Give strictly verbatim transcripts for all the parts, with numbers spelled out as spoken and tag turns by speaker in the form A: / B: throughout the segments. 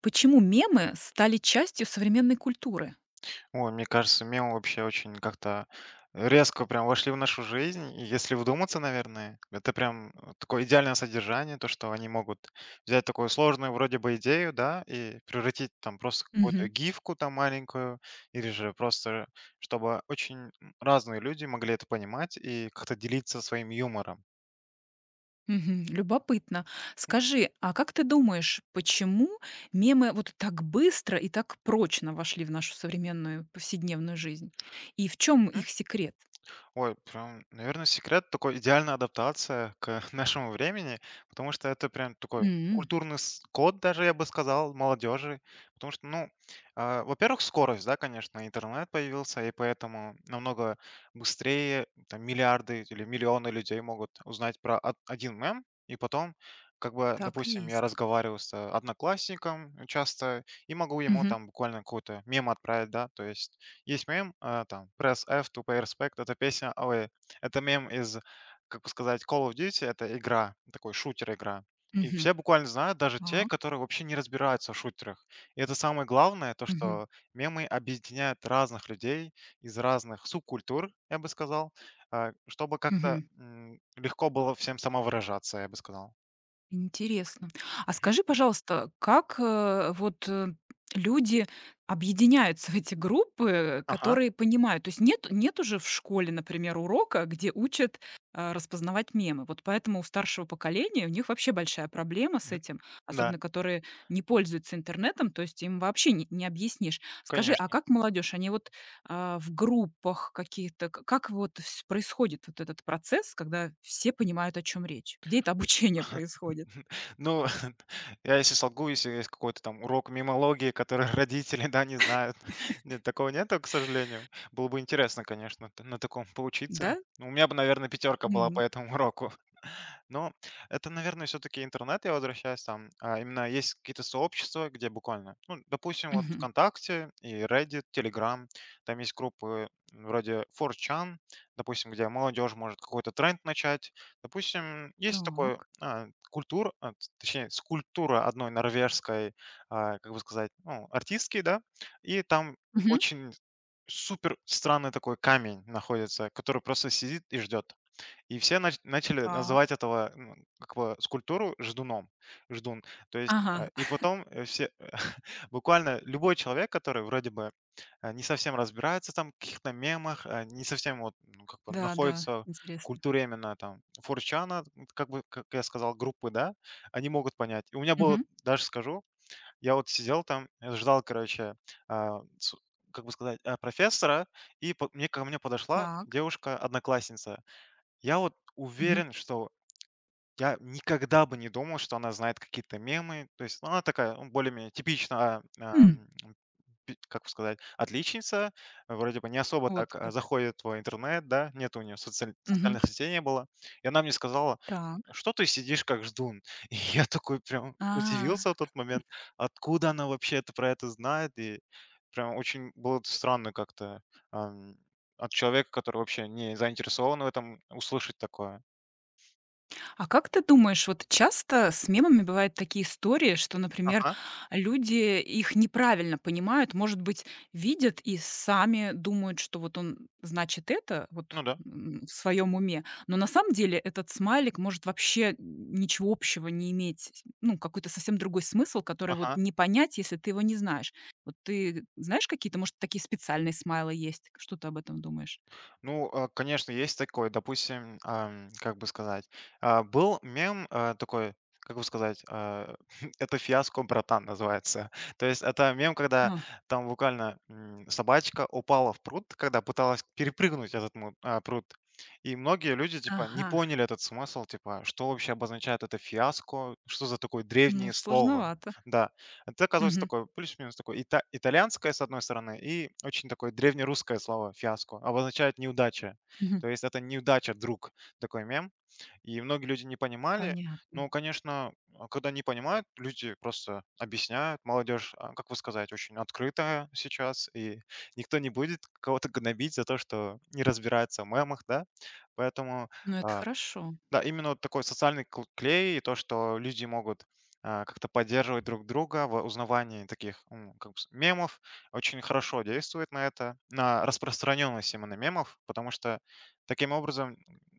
A: Почему мемы стали частью современной культуры?
B: Ой, мне кажется, мемы вообще очень как-то резко прям вошли в нашу жизнь. И если вдуматься, наверное, это прям э, такое идеальное содержание, то, что они могут взять такую сложную вроде бы идею, да, и превратить там просто в какую-то
A: Мгм.
B: гифку там маленькую, или же просто, чтобы очень м, разные люди могли это понимать и как-то делиться своим юмором.
A: Мгм. Любопытно.
B: М,
A: Скажи, а как ты думаешь, почему мемы вот так быстро и так прочно вошли в нашу современную повседневную жизнь? И в чем их секрет?
B: Ой, прям, наверное, секрет такой идеальная адаптация к нашему времени, потому что это прям такой
A: М.
B: культурный с- код даже, я бы сказал, молодежи. Потому что, ну, а, во-первых, скорость, да, конечно, интернет появился, и поэтому намного быстрее там, миллиарды или миллионы людей могут узнать про од- один мем, и потом, как бы,
A: Так и
B: допустим, я
A: есть.
B: разговариваю с э, одноклассником часто, и могу ему
A: Мгм.
B: там буквально какой-то мем отправить, да, то есть есть мем, а, там Press F to Pay Respect. Это песня, ой, это мем из, как бы сказать, Call of Duty. Это игра, такой шутер-игра. И
A: Мгм.
B: все буквально знают, даже те,
A: Так.
B: которые вообще не разбираются в шутерах. И это самое главное, то,
A: Мгм.
B: что мемы объединяют разных людей из разных субкультур, я бы сказал, а, чтобы как-то
A: Мгм.
B: м, легко было всем самовыражаться, я бы сказал.
A: Интересно. А
B: Мгм.
A: скажи, пожалуйста, как, э, вот, э, люди объединяются в эти группы,
B: Ага.
A: которые понимают? То есть нет нет уже в школе, например, урока, где учат, э, распознавать мемы. Вот поэтому у старшего поколения, у них вообще большая проблема с этим,
B: Да,
A: особенно которые не пользуются интернетом, то есть им вообще не не объяснишь. Скажи, а
B: конечно.
A: как молодежь? Они вот, а, в группах каких-то, к как вот вс происходит вот этот процесс, когда все понимают, о чем речь? Где это обучение происходит?
B: Ну, я если солгу, если есть какой-то там урок мимологии, который родители, да, не знают. Нет, такого нету, к сожалению. Было бы интересно, конечно, т- на таком поучиться.
A: Да?
B: Ну, У меня бы, наверное, пятерка была по
A: М.
B: этому уроку. Но это, наверное, все-таки интернет, я возвращаюсь там. А, именно есть какие-то сообщества, где буквально, ну, допустим, вот
A: Мгм.
B: ВКонтакте и Reddit, Telegram, там есть группы вроде четыре чан, допустим, где молодежь может какой-то тренд начать. Допустим, есть такой
A: Так.
B: а, культура, а, т- точнее, скульптура одной норвежской, а, как бы сказать, ну, артистки, да, и там
A: Мгм.
B: очень супер странный такой камень находится, который просто сидит и ждет. И все нач начали называть
A: Так.
B: этого, ну, как бы скульптуру ждуном, ждун. То есть, а,
A: Ага.
B: и потом, э, все буквально любой человек, который вроде бы, э, не совсем разбирается там в каких-то мемах, э, не совсем вот, ну, как бы
A: Да, да,
B: находится в
A: интересно.
B: культуре именно там форчана, как бы, как я сказал, группы, да, они могут понять. И у меня было,
A: Мгм.
B: даже скажу, я вот сидел там, э, ждал, короче, а, су как бы сказать, а, профессора, и по мне ко мне подошла
A: Так.
B: девушка-одноклассница. Я вот
A: Мгм.
B: уверен, что я никогда бы не думал, что она знает какие-то мемы. То есть, ну, она такая, ну, более-менее типичная, а, а,
A: М.
B: м, пи- как бы сказать, отличница. э, Вроде бы не особо
A: Вот
B: так а,
A: как.
B: заходит в интернет, да, нет у нее социаль-
A: Мгм.
B: социальных сетей не было. И она мне сказала,
A: Так.
B: что ты сидишь как ждун? И я такой прям
A: А.
B: удивился в тот момент, откуда она вообще это про это знает. И прям очень было странно как-то ам, от человека, который вообще не заинтересован в этом, услышать такое.
A: А как ты думаешь, вот часто с мемами бывают такие истории, что, например,
B: Ага,
A: люди их неправильно понимают, может быть, видят и сами думают, что вот он значит это
B: ну
A: вот,
B: да.
A: м, в своем уме, но на самом деле этот смайлик может вообще ничего общего не иметь, ну, какой-то совсем другой смысл, который вот
B: Ага.
A: не понять, если ты его не знаешь. Вот ты знаешь какие-то, может, такие специальные смайлы есть? Что ты об этом думаешь?
B: Ну, э, конечно, есть такой. Допустим, ам, как бы сказать, а, был мем, э, такой, как бы сказать, а, это "Фиаско, братан" называется. То есть это мем, когда
A: А,
B: там буквально, м, собачка упала в пруд, когда пыталась перепрыгнуть этот му а, пруд. И многие люди, типа, не
A: ага,
B: поняли этот смысл, типа, что вообще обозначает это "фиаско", что за такое
A: ну,
B: древнее слово.
A: сложновато.
B: Да. Это оказывается такое плюс-минус такое ита итальянское, с одной стороны, и очень такое древнерусское слово "фиаско" обозначает "неудача".
A: Мгм.
B: То есть это "неудача, друг", такой мем. И многие люди не понимали. Но,
A: Понятно.
B: конечно, а когда не понимают, люди просто объясняют. Молодежь, а, как вы сказать, очень открытая сейчас, и никто не будет кого-то гнобить за то, что не разбирается в мемах, да. Поэтому,
A: Ну, это
B: а,
A: хорошо.
B: да, именно вот такой социальный кл- клей, и то, что люди могут а, как-то поддерживать друг друга в узнавании таких м, как бы с- мемов, очень хорошо действует на это, на распространенность именно мемов, потому что таким образом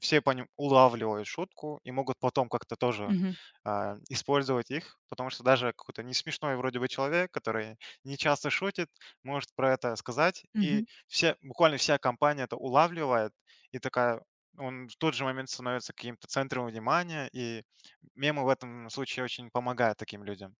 B: все по ним улавливают шутку и могут потом как-то тоже
A: Мгм.
B: а, использовать их, потому что даже какой-то не смешной вроде бы человек, который не часто шутит, может про это сказать, и
A: Мгм.
B: все, буквально вся компания это улавливает и такая он в тот же момент становится каким-то центром внимания, и мемы в этом случае очень помогают таким людям.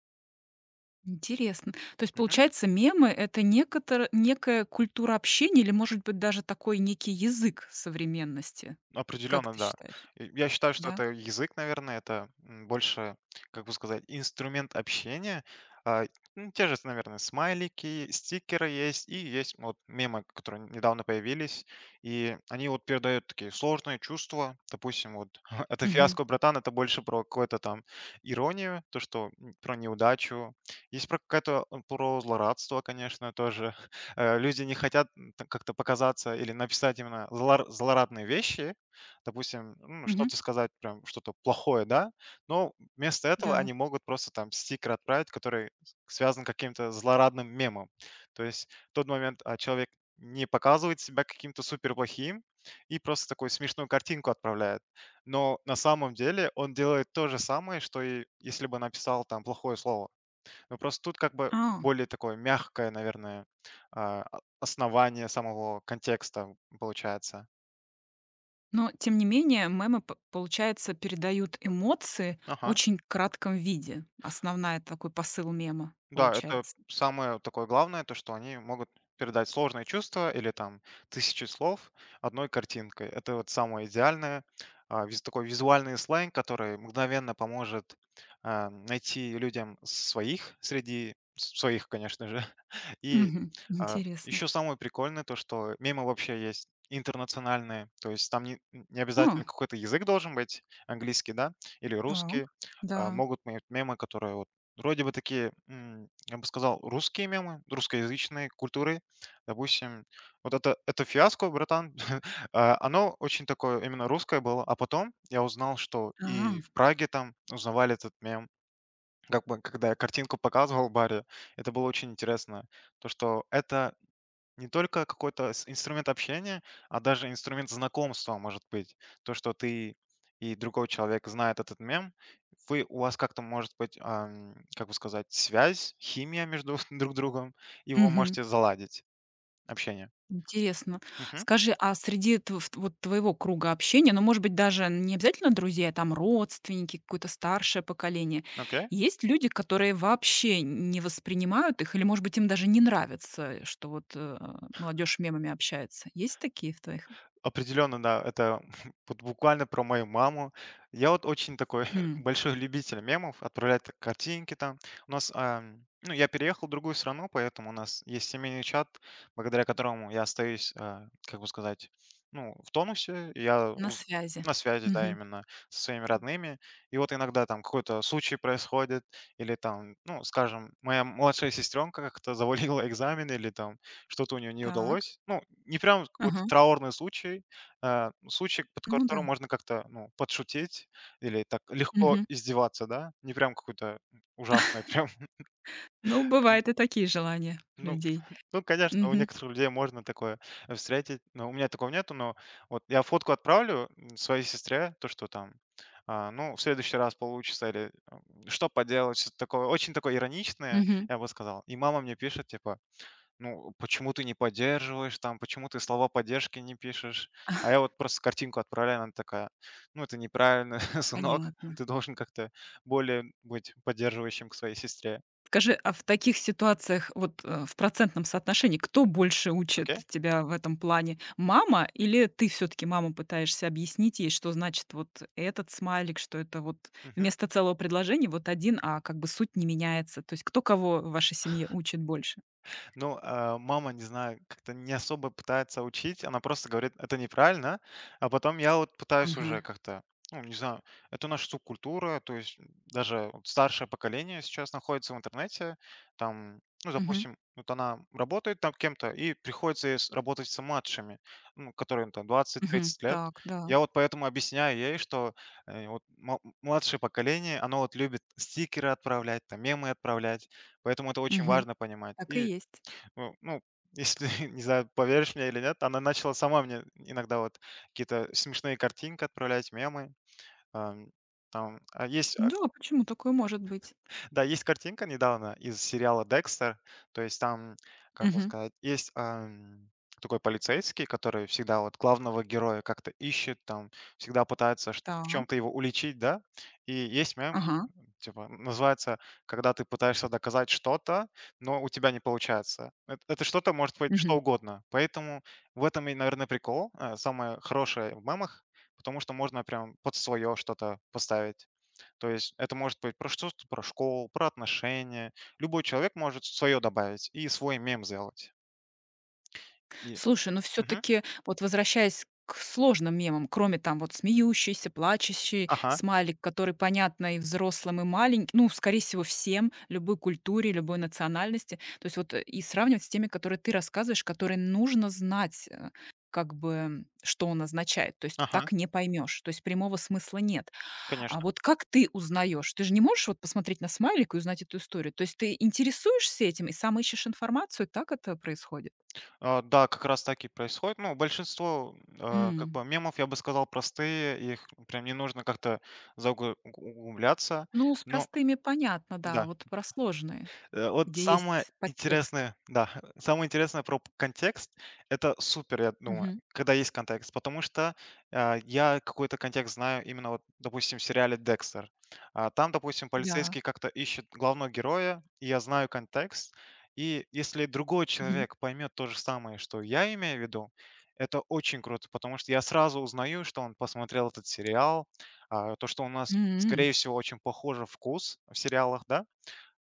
A: Интересно. То есть, получается, мемы — это некотор некая культура общения или, может быть, даже такой некий язык современности?
B: Ну,
A: Как
B: Определенно,
A: ты
B: да.
A: считаешь?
B: И я считаю, что
A: Да?
B: это язык, наверное, это, м, больше, как бы сказать, инструмент общения. А, ну, те же, наверное, смайлики, стикеры есть, и есть вот мемы, которые недавно появились, и они вот передают такие сложные чувства. Допустим, вот это
A: Мгм.
B: фиаско, братан, это больше про какую-то там иронию, то, что м, про неудачу. Есть про какое-то м, про злорадство, конечно, тоже. Э, люди не хотят м, так как-то показаться или написать именно злор- злорадные вещи, допустим, ну,
A: Мгм.
B: что-то сказать, прям что-то плохое, да, но вместо этого
A: Да.
B: они могут просто там стикер отправить, который с- связан каким-то злорадным мемом. То есть в тот момент а, человек не показывает себя каким-то супер плохим и просто такую смешную картинку отправляет. Но на самом деле он делает то же самое, что и если бы написал там плохое слово. Но просто тут как бы
A: А,
B: более такое мягкое, наверное, а, о- основание самого контекста получается.
A: но, тем не менее, мемы, п получается, передают эмоции
B: Ага.
A: очень кратком виде. Основная такой посыл мема,
B: Да, это
A: получается.
B: самое такое главное, то, что они могут передать сложные чувства или там тысячи слов одной картинкой. Это вот самое идеальное. а, виз- Такой визуальный сленг, который мгновенно поможет а, найти людям своих среди с- своих, конечно же. И
A: Мгм. Интересно.
B: еще самое прикольное то, что мемы вообще есть интернациональные, то есть там не, не обязательно
A: А,
B: какой-то язык должен быть, английский, да, или
A: так.
B: русский. А,
A: Да.
B: Могут быть мемы, которые вот Вроде бы такие, м, я бы сказал, русские мемы, русскоязычной культуры. Допустим, вот это, это фиаско, братан, а, оно очень такое именно русское было. А потом я узнал, что
A: А.
B: и в Праге там узнавали этот мем. Как бы, когда я картинку показывал в баре, это было очень интересно. То, что это не только какой-то с инструмент общения, а даже инструмент знакомства, может быть. То, что ты и другой человек знает этот мем, вы, у вас как-то может быть, ам, как бы сказать, связь, химия между друг другом, и вы
A: Мгм.
B: можете заладить общение.
A: Интересно.
B: Мгм.
A: Скажи, а среди тв в вот твоего круга общения, ну, может быть, даже не обязательно друзья, а там родственники, какое-то старшее поколение,
B: Окей.
A: есть люди, которые вообще не воспринимают их или, может быть, им даже не нравится, что вот, э, молодежь мемами общается? Есть такие в твоих.
B: Определенно, да, это вот буквально про мою маму. Я вот очень такой
A: М,
B: большой любитель мемов, отправлять так картинки там. У нас, ам, ну, я переехал в другую страну, поэтому у нас есть семейный чат, благодаря которому я остаюсь, а, как бы сказать, ну, в тонусе. и Я
A: на
B: уз-
A: связи.
B: на связи, да,
A: Мгм.
B: именно со своими родными. И вот иногда там какой-то случай происходит, или там, ну, скажем, моя младшая сестренка как-то завалила экзамен, или там что-то у нее не
A: Так.
B: удалось. Ну, не прям вот какой-то
A: Ага.
B: траурный случай, э, случай, под
A: Ну да.
B: которым можно как-то, ну, подшутить или так легко
A: Мгм.
B: издеваться, да. Не прям какой то ужасный прям.
A: Ну, бывают и такие желания у
B: ну
A: людей.
B: ну, конечно, у
A: Мгм.
B: некоторых людей можно такое, э, встретить, но у меня такого нету. Но вот я фотку отправлю, м, своей сестре, то, что там, а, ну, в следующий раз получится или, ам, что поделать, что-то такое, очень такое ироничное,
A: Мгм.
B: я бы сказал. И мама мне пишет, типа ну, почему ты не поддерживаешь там, почему ты слова поддержки не пишешь? А я вот просто картинку отправляю, она такая: "Ну, это неправильно, сынок,
A: Понятно.
B: ты должен как-то более быть поддерживающим к своей сестре".
A: Скажи, а в таких ситуациях, вот, э, в процентном соотношении, кто больше учит
B: Окей?
A: тебя в этом плане? Мама или ты все таки маму пытаешься объяснить ей, что значит вот этот смайлик, что это вот вместо целого предложения вот один, а как бы суть не меняется? То есть кто кого в вашей семье учит больше?
B: Ну, а, мама, не знаю, как-то не особо пытается учить, она просто говорит: "Это неправильно". А потом я вот пытаюсь
A: Ага.
B: уже как-то, ну, не знаю, это наша субкультура, то есть даже вот старшее поколение сейчас находится в интернете. Там, ну,
A: Мгм.
B: допустим, вот она работает там кем-то, и приходится ей с работать с младшими, ну, которым там
A: Мгм.
B: двадцать-тридцать лет.
A: Так, да.
B: Я вот поэтому объясняю ей, что, э, вот мо младшее поколение, оно вот любит стикеры отправлять, там мемы отправлять, поэтому это очень
A: Мгм.
B: важно понимать.
A: Так и
B: И
A: есть.
B: ну ну, если, не знаю, поверишь мне или нет, она начала сама мне иногда вот какие-то смешные картинки отправлять, мемы. Ам, там, а, есть, а,
A: Да, почему такое может быть?
B: да, есть картинка недавно из сериала "Декстер". То есть там, как бы
A: Мгм.
B: сказать, есть, ам, такой полицейский, который всегда вот главного героя как-то ищет, там всегда пытается чт в чем то
A: Так.
B: его уличить, да. И есть мем,
A: Ага.
B: Типа, называется, когда ты пытаешься доказать что-то, но у тебя не получается. Эт это что-то может быть что
A: Мгм.
B: угодно. Поэтому в этом и, наверное, прикол, э, самое хорошее в мемах, потому что можно прям под свое что-то поставить. То есть это может быть про что про школу, про отношения. Любой человек может свое добавить и свой мем сделать. И.
A: Слушай, ну все
B: Мгм.
A: таки вот возвращаясь к сложным мемам, кроме там вот смеющийся, плачущий
B: Ага,
A: смайлик, который понятно и взрослым, и маленьким, ну, скорее всего, всем, любой культуре, любой национальности. То есть вот, э, и сравнивать с теми, которые ты рассказываешь, которые нужно знать, э, как бы, м, что он означает. То есть
B: ага,
A: так не поймешь. То есть прямого смысла нет. А
B: конечно.
A: вот как ты узнаешь? Ты же не можешь вот посмотреть на смайлик и узнать эту историю. То есть ты интересуешься этим и сам ищешь информацию? Так это происходит?
B: А, да, как раз так и происходит. Ну, большинство, а, как
A: М.
B: бы мемов, я бы сказал, простые, их прям не нужно как-то заугл-
A: Ну, с
B: Но
A: простыми понятно,
B: да.
A: да, вот про сложные,
B: Э, вот
A: где
B: самое
A: есть подтекст.
B: интересное, да, самое интересное про п контекст- это супер, я думаю,
A: Мгм.
B: когда есть контекст. Потому что, а, я какой-то контекст знаю именно вот, допустим, в сериале "Декстер". А, там, допустим,
A: Да.
B: полицейский как-то ищет главного героя, и я знаю контекст. И если другой
A: Мгм.
B: человек поймет то же самое, что я имею в виду, это очень круто, потому что я сразу узнаю, что он посмотрел этот сериал, а, то, что у нас,
A: М.
B: скорее всего, очень похожий вкус в сериалах, да.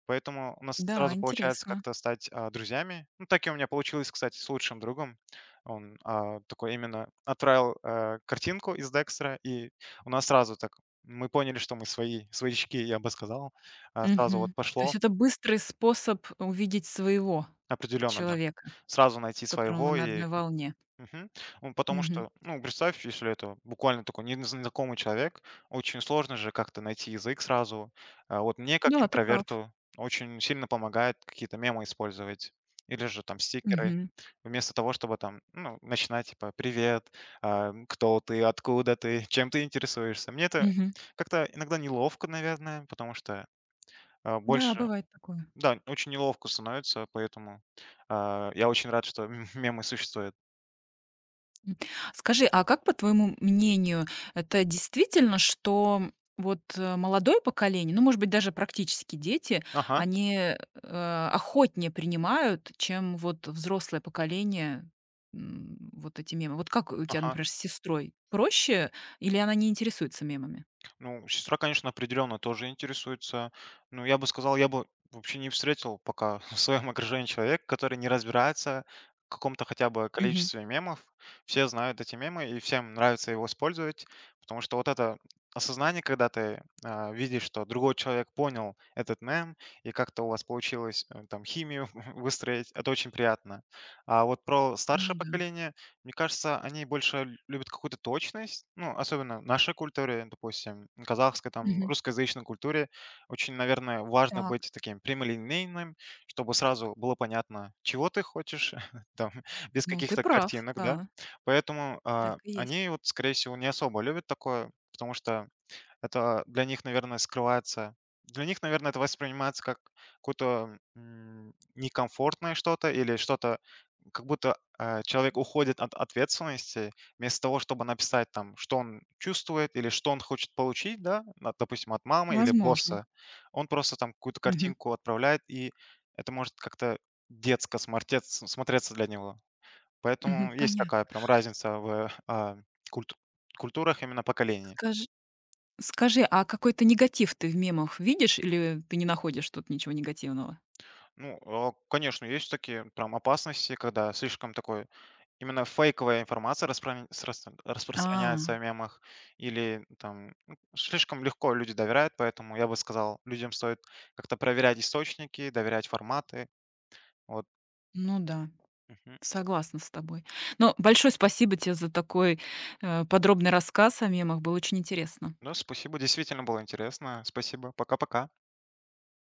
B: Поэтому у нас
A: Да,
B: сразу получается
A: интересно.
B: как-то стать а, друзьями. Ну, так и у меня получилось, кстати, с лучшим другом. Он а, такой именно отправил э, картинку из Декстера, и у нас сразу так мы поняли, что мы свои, своячки, я бы сказал. А, сразу вот
A: Мгм. То
B: пошло
A: есть это быстрый способ увидеть своего
B: определенно, да.
A: человека,
B: Сразу найти
A: с которым вы
B: своего
A: на
B: и.
A: одной волне.
B: Мгм. Ну, потому
A: Мгм.
B: что, ну, представь, если это буквально такой незнакомый человек, очень сложно же как-то найти язык сразу. А вот мне, как
A: Да, ты прав.
B: интроверту, очень сильно помогает какие-то мемы использовать или же там стикеры.
A: Мгм.
B: Вместо того, чтобы там, ну, начинать типа «Привет», а, «Кто ты?», «Откуда ты?», «Чем ты интересуешься?». Мне это
A: Мгм.
B: как-то иногда неловко, наверное, потому что а,
A: Да,
B: больше...
A: бывает такое.
B: Да, очень неловко становится, поэтому а, я очень рад, что мемы существуют.
A: М. Скажи, а как, по твоему мнению, это действительно, что вот, э, молодое поколение, ну, может быть, даже практически дети,
B: Ага,
A: они, э, охотнее принимают, чем вот взрослое поколение, м, вот эти мемы? Вот как у тебя,
B: ага.
A: например, с сестрой? Проще или она не интересуется мемами?
B: Ну, сестра, конечно, определенно тоже интересуется. Ну, я бы сказал, я бы вообще не встретил пока в своем окружении человека, который не разбирается в каком-то хотя бы
A: Мгм.
B: количестве мемов. Все знают эти мемы, и всем нравится его использовать, потому что вот это осознание, когда ты а, видишь, что другой человек понял этот мем, и как-то у вас получилось э, там химию выстроить, это очень приятно. А вот про
A: Ну
B: старшее
A: да.
B: поколение, мне кажется, они больше лю любят какую-то точность. Ну, особенно в нашей культуре, допустим, казахской, там,
A: Мгм.
B: русскоязычной культуре очень, наверное, важно
A: Так,
B: быть таким прямолинейным, чтобы сразу было понятно, чего ты хочешь, там, без
A: ну, ты
B: каких-то
A: прав,
B: картинок, да.
A: да,
B: Поэтому,
A: так
B: а,
A: и есть.
B: они вот, скорее всего, не особо любят такое, потому что это для них, наверное, скрывается для них, наверное, это воспринимается как какое-то, м, некомфортное что-то или что-то, как будто, э, человек уходит от ответственности. Вместо того, чтобы написать там, что он чувствует или что он хочет получить, да, на допустим, от мамы или
A: Возможно.
B: босса, он просто там какую-то
A: Мгм.
B: картинку отправляет, и это может как-то детско смортец смотреться для него.
A: Мгм.
B: Поэтому есть такая
A: Понятно.
B: прям разница в, а, культ культурах именно поколений.
A: Скажи Скажи, а какой-то негатив ты в мемах видишь или ты не находишь тут ничего негативного?
B: Ну, э, конечно, есть такие прям опасности, когда слишком такой именно фейковая информация распро- с рас- распространяется в
A: А,
B: мемах, или там ну, слишком легко люди доверяют, поэтому я бы сказал, людям стоит как-то проверять источники, доверять форматы. Вот.
A: ну да,
B: Мгм.
A: согласна с тобой. Но большое спасибо тебе за такой, э, подробный рассказ о мемах. Было очень интересно.
B: Ну, спасибо, действительно было интересно. Спасибо. Пока-пока.